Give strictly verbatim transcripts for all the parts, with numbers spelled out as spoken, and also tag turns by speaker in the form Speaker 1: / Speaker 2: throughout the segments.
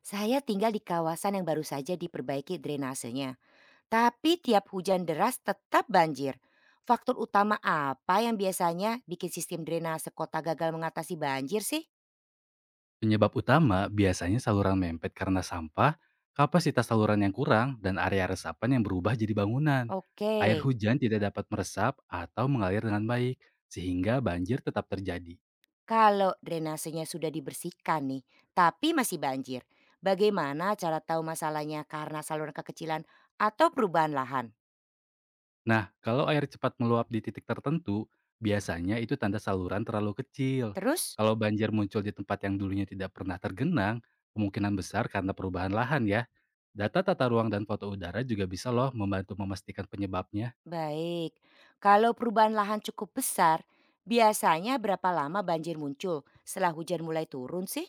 Speaker 1: Saya tinggal di kawasan yang baru saja diperbaiki drainasenya, tapi tiap hujan deras tetap banjir. Faktor utama apa yang biasanya bikin sistem drainase kota gagal mengatasi banjir sih?
Speaker 2: Penyebab utama biasanya saluran mempet karena sampah, kapasitas saluran yang kurang, dan area resapan yang berubah jadi bangunan.
Speaker 1: Oke,
Speaker 2: Air hujan tidak dapat meresap atau mengalir dengan baik, sehingga banjir tetap terjadi.
Speaker 1: kalau drainasenya sudah dibersihkan nih, tapi masih banjir. Bagaimana cara tahu masalahnya karena saluran kekecilan atau perubahan lahan?
Speaker 2: Nah, kalau air cepat meluap di titik tertentu, biasanya itu tanda saluran terlalu kecil.
Speaker 1: Terus,
Speaker 2: Kalau banjir muncul di tempat yang dulunya tidak pernah tergenang, kemungkinan besar karena perubahan lahan ya. Data tata ruang dan foto udara juga bisa loh membantu memastikan penyebabnya.
Speaker 1: baik. Kalau perubahan lahan cukup besar, biasanya berapa lama banjir muncul setelah hujan mulai turun sih?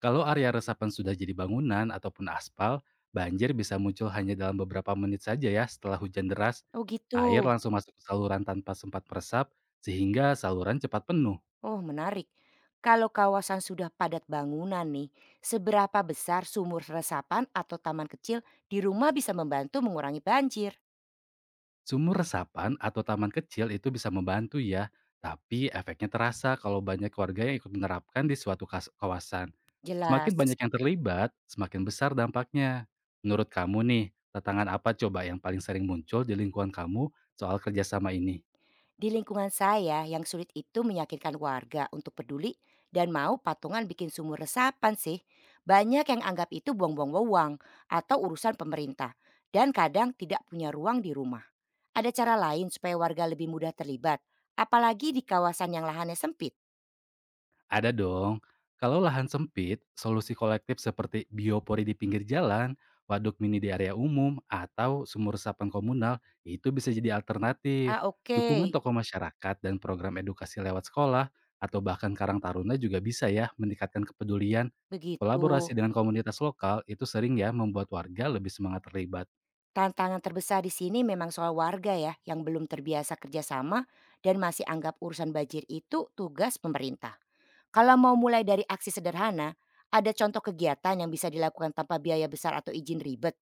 Speaker 2: Kalau area resapan sudah jadi bangunan ataupun aspal, banjir bisa muncul hanya dalam beberapa menit saja ya setelah hujan deras.
Speaker 1: Oh gitu.
Speaker 2: Air langsung masuk ke saluran tanpa sempat meresap, sehingga saluran cepat penuh.
Speaker 1: Oh menarik. Kalau kawasan sudah padat bangunan nih, seberapa besar sumur resapan atau taman kecil di rumah bisa membantu mengurangi banjir?
Speaker 2: Sumur resapan atau taman kecil itu bisa membantu ya, tapi efeknya terasa kalau banyak warga yang ikut menerapkan di suatu kas- kawasan. Semakin
Speaker 1: Jelas.
Speaker 2: banyak yang terlibat, semakin besar dampaknya. Menurut kamu nih, tantangan apa coba yang paling sering muncul di lingkungan kamu soal kerjasama ini?
Speaker 1: Di lingkungan saya yang sulit itu meyakinkan warga untuk peduli dan mau patungan bikin sumur resapan sih. Banyak yang anggap itu buang-buang wewenang atau urusan pemerintah dan kadang tidak punya ruang di rumah. Ada cara lain supaya warga lebih mudah terlibat, apalagi di kawasan yang lahannya sempit.
Speaker 2: Ada dong. Kalau lahan sempit, solusi kolektif seperti biopori di pinggir jalan, waduk mini di area umum, atau sumur resapan komunal itu bisa jadi alternatif.
Speaker 1: Ah, oke,
Speaker 2: Dukungan tokoh masyarakat dan program edukasi lewat sekolah atau bahkan Karang Taruna juga bisa ya meningkatkan kepedulian.
Speaker 1: begitu.
Speaker 2: Kolaborasi dengan komunitas lokal itu sering ya membuat warga lebih semangat terlibat.
Speaker 1: Tantangan terbesar di sini memang soal warga ya, yang belum terbiasa kerjasama dan masih anggap urusan banjir itu tugas pemerintah. Kalau mau mulai dari aksi sederhana, ada contoh kegiatan yang bisa dilakukan tanpa biaya besar atau izin ribet.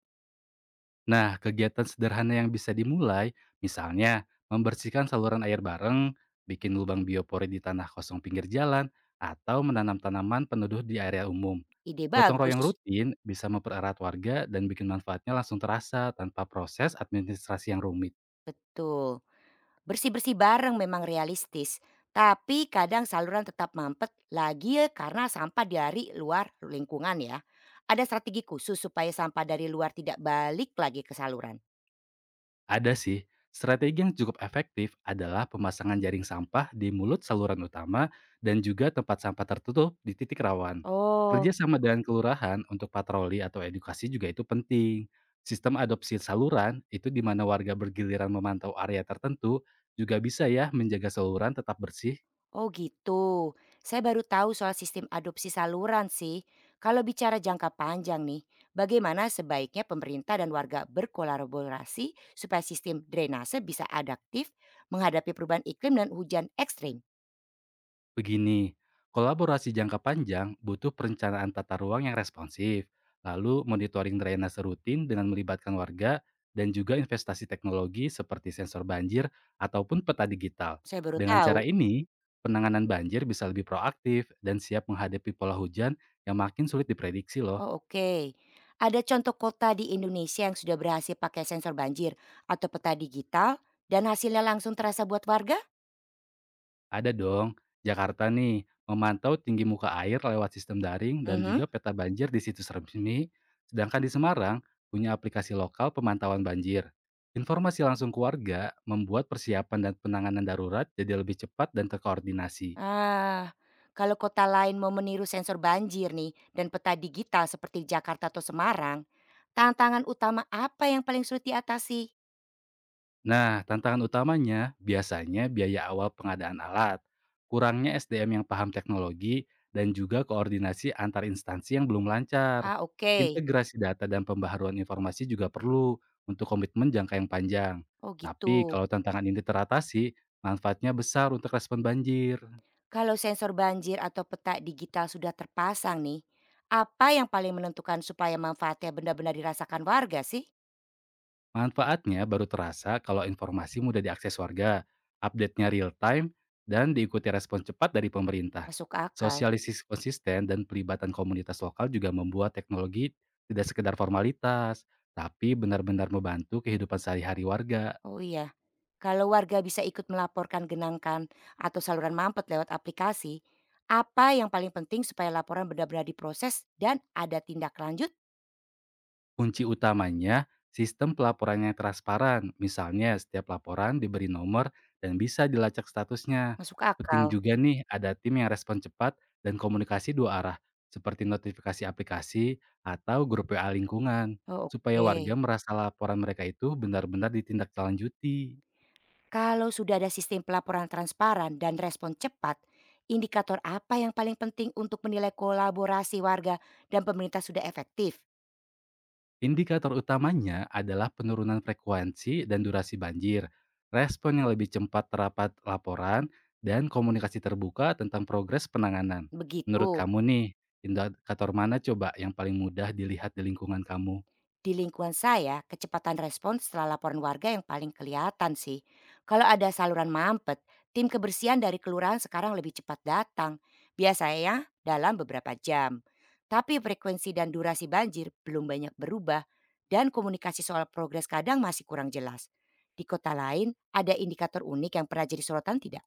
Speaker 2: Nah, kegiatan sederhana yang bisa dimulai, misalnya membersihkan saluran air bareng, bikin lubang biopori di tanah kosong pinggir jalan, atau menanam tanaman peneduh di area umum.
Speaker 1: Ide
Speaker 2: Gotong
Speaker 1: bagus,
Speaker 2: royong rutin bisa mempererat warga dan bikin manfaatnya langsung terasa tanpa proses administrasi yang rumit.
Speaker 1: betul. Bersih-bersih bareng memang realistis, tapi kadang saluran tetap mampet lagi ya karena sampah dari luar lingkungan ya. Ada strategi khusus supaya sampah dari luar tidak balik lagi ke saluran.
Speaker 2: Ada sih. Strategi yang cukup efektif adalah pemasangan jaring sampah di mulut saluran utama dan juga tempat sampah tertutup di titik rawan.
Speaker 1: Oh,
Speaker 2: Kerjasama dengan kelurahan untuk patroli atau edukasi juga itu penting. Sistem adopsi saluran itu di mana warga bergiliran memantau area tertentu juga bisa ya menjaga saluran tetap bersih.
Speaker 1: oh gitu. Saya baru tahu soal sistem adopsi saluran sih. Kalau bicara jangka panjang nih, bagaimana sebaiknya pemerintah dan warga berkolaborasi supaya sistem drainase bisa adaptif menghadapi perubahan iklim dan hujan ekstrim?
Speaker 2: Begini, kolaborasi jangka panjang butuh perencanaan tata ruang yang responsif, lalu monitoring drainase rutin dengan melibatkan warga, dan juga investasi teknologi seperti sensor banjir ataupun peta digital.
Speaker 1: Saya baru
Speaker 2: Dengan
Speaker 1: tahu.
Speaker 2: cara ini, penanganan banjir bisa lebih proaktif dan siap menghadapi pola hujan yang makin sulit diprediksi loh.
Speaker 1: Oh oke. Ada contoh kota di Indonesia yang sudah berhasil pakai sensor banjir atau peta digital dan hasilnya langsung terasa buat warga?
Speaker 2: Ada dong, Jakarta nih memantau tinggi muka air lewat sistem daring dan
Speaker 1: Mhm.
Speaker 2: juga peta banjir di situs resmi, sedangkan di Semarang punya aplikasi lokal pemantauan banjir. Informasi langsung ke warga membuat persiapan dan penanganan darurat jadi lebih cepat dan terkoordinasi.
Speaker 1: Ah, kalau kota lain mau meniru sensor banjir nih dan peta digital seperti Jakarta atau Semarang, tantangan utama apa yang paling sulit diatasi?
Speaker 2: Nah, tantangan utamanya biasanya biaya awal pengadaan alat, kurangnya S D M yang paham teknologi, dan juga koordinasi antar instansi yang belum lancar.
Speaker 1: Ah, oke.
Speaker 2: Integrasi data dan pembaharuan informasi juga perlu untuk komitmen jangka yang panjang.
Speaker 1: Oh,
Speaker 2: Tapi
Speaker 1: gitu.
Speaker 2: kalau tantangan ini teratasi, manfaatnya besar untuk respon banjir.
Speaker 1: Kalau sensor banjir atau peta digital sudah terpasang nih, apa yang paling menentukan supaya manfaatnya benar-benar dirasakan warga sih?
Speaker 2: Manfaatnya baru terasa kalau informasi mudah diakses warga, update-nya real time, dan diikuti respon cepat dari pemerintah.
Speaker 1: Masuk akal.
Speaker 2: Sosialisasi konsisten dan pelibatan komunitas lokal juga membuat teknologi tidak sekedar formalitas, tapi benar-benar membantu kehidupan sehari-hari warga.
Speaker 1: Oh iya, kalau warga bisa ikut melaporkan genangan atau saluran mampet lewat aplikasi, apa yang paling penting supaya laporan benar-benar diproses dan ada tindak lanjut
Speaker 2: Kunci utamanya, sistem pelaporannya transparan. Misalnya, setiap laporan diberi nomor dan bisa dilacak statusnya.
Speaker 1: masuk
Speaker 2: Penting
Speaker 1: akal?
Speaker 2: juga nih ada tim yang respon cepat dan komunikasi dua arah, seperti notifikasi aplikasi atau grup W A lingkungan,
Speaker 1: Oh,
Speaker 2: supaya warga
Speaker 1: oke,
Speaker 2: merasa laporan mereka itu benar-benar ditindaklanjuti.
Speaker 1: kalau sudah ada sistem pelaporan transparan dan respon cepat, indikator apa yang paling penting untuk menilai kolaborasi warga dan pemerintah sudah efektif?
Speaker 2: Indikator utamanya adalah penurunan frekuensi dan durasi banjir, respon yang lebih cepat terhadap laporan, dan komunikasi terbuka tentang progres penanganan. Menurut
Speaker 1: Begitu.
Speaker 2: kamu nih, indikator mana coba yang paling mudah dilihat di lingkungan kamu?
Speaker 1: Di lingkungan saya, kecepatan respon setelah laporan warga yang paling kelihatan sih. Kalau ada saluran mampet, tim kebersihan dari kelurahan sekarang lebih cepat datang. Biasanya dalam beberapa jam. Tapi frekuensi dan durasi banjir belum banyak berubah dan komunikasi soal progres kadang masih kurang jelas. Di kota lain, ada indikator unik yang pernah jadi sorotan tidak?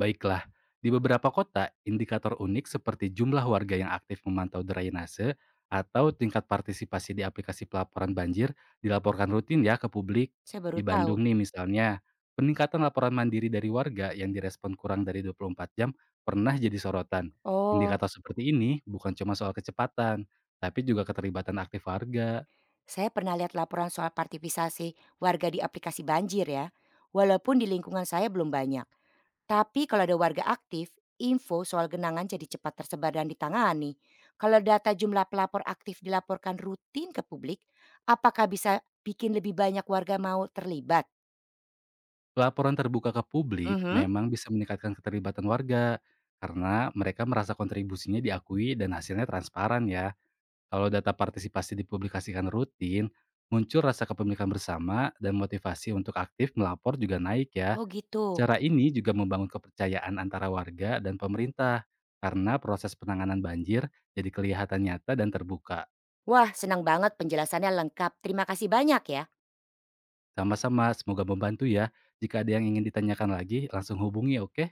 Speaker 2: Baiklah, di beberapa kota, indikator unik seperti jumlah warga yang aktif memantau drainase atau tingkat partisipasi di aplikasi pelaporan banjir dilaporkan rutin ya ke publik.
Speaker 1: Saya baru
Speaker 2: Di
Speaker 1: tahu.
Speaker 2: Bandung nih misalnya, peningkatan laporan mandiri dari warga yang direspon kurang dari dua puluh empat jam pernah jadi sorotan.
Speaker 1: Oh,
Speaker 2: Indikator seperti ini bukan cuma soal kecepatan, tapi juga keterlibatan aktif warga.
Speaker 1: saya pernah lihat laporan soal partisipasi warga di aplikasi banjir ya. Walaupun di lingkungan saya belum banyak. Tapi kalau ada warga aktif, info soal genangan jadi cepat tersebar dan ditangani. Kalau data jumlah pelapor aktif dilaporkan rutin ke publik, apakah bisa bikin lebih banyak warga mau terlibat?
Speaker 2: Laporan terbuka ke publik
Speaker 1: Mhm.
Speaker 2: memang bisa meningkatkan keterlibatan warga, karena mereka merasa kontribusinya diakui dan hasilnya transparan ya. Kalau data partisipasi dipublikasikan rutin, muncul rasa kepemilikan bersama dan motivasi untuk aktif melapor juga naik ya.
Speaker 1: Oh gitu.
Speaker 2: Cara ini juga membangun kepercayaan antara warga dan pemerintah, karena proses penanganan banjir jadi kelihatan nyata dan terbuka.
Speaker 1: Wah, senang banget penjelasannya lengkap. Terima kasih banyak ya.
Speaker 2: Sama-sama, semoga membantu ya. Jika ada yang ingin ditanyakan lagi, langsung hubungi oke?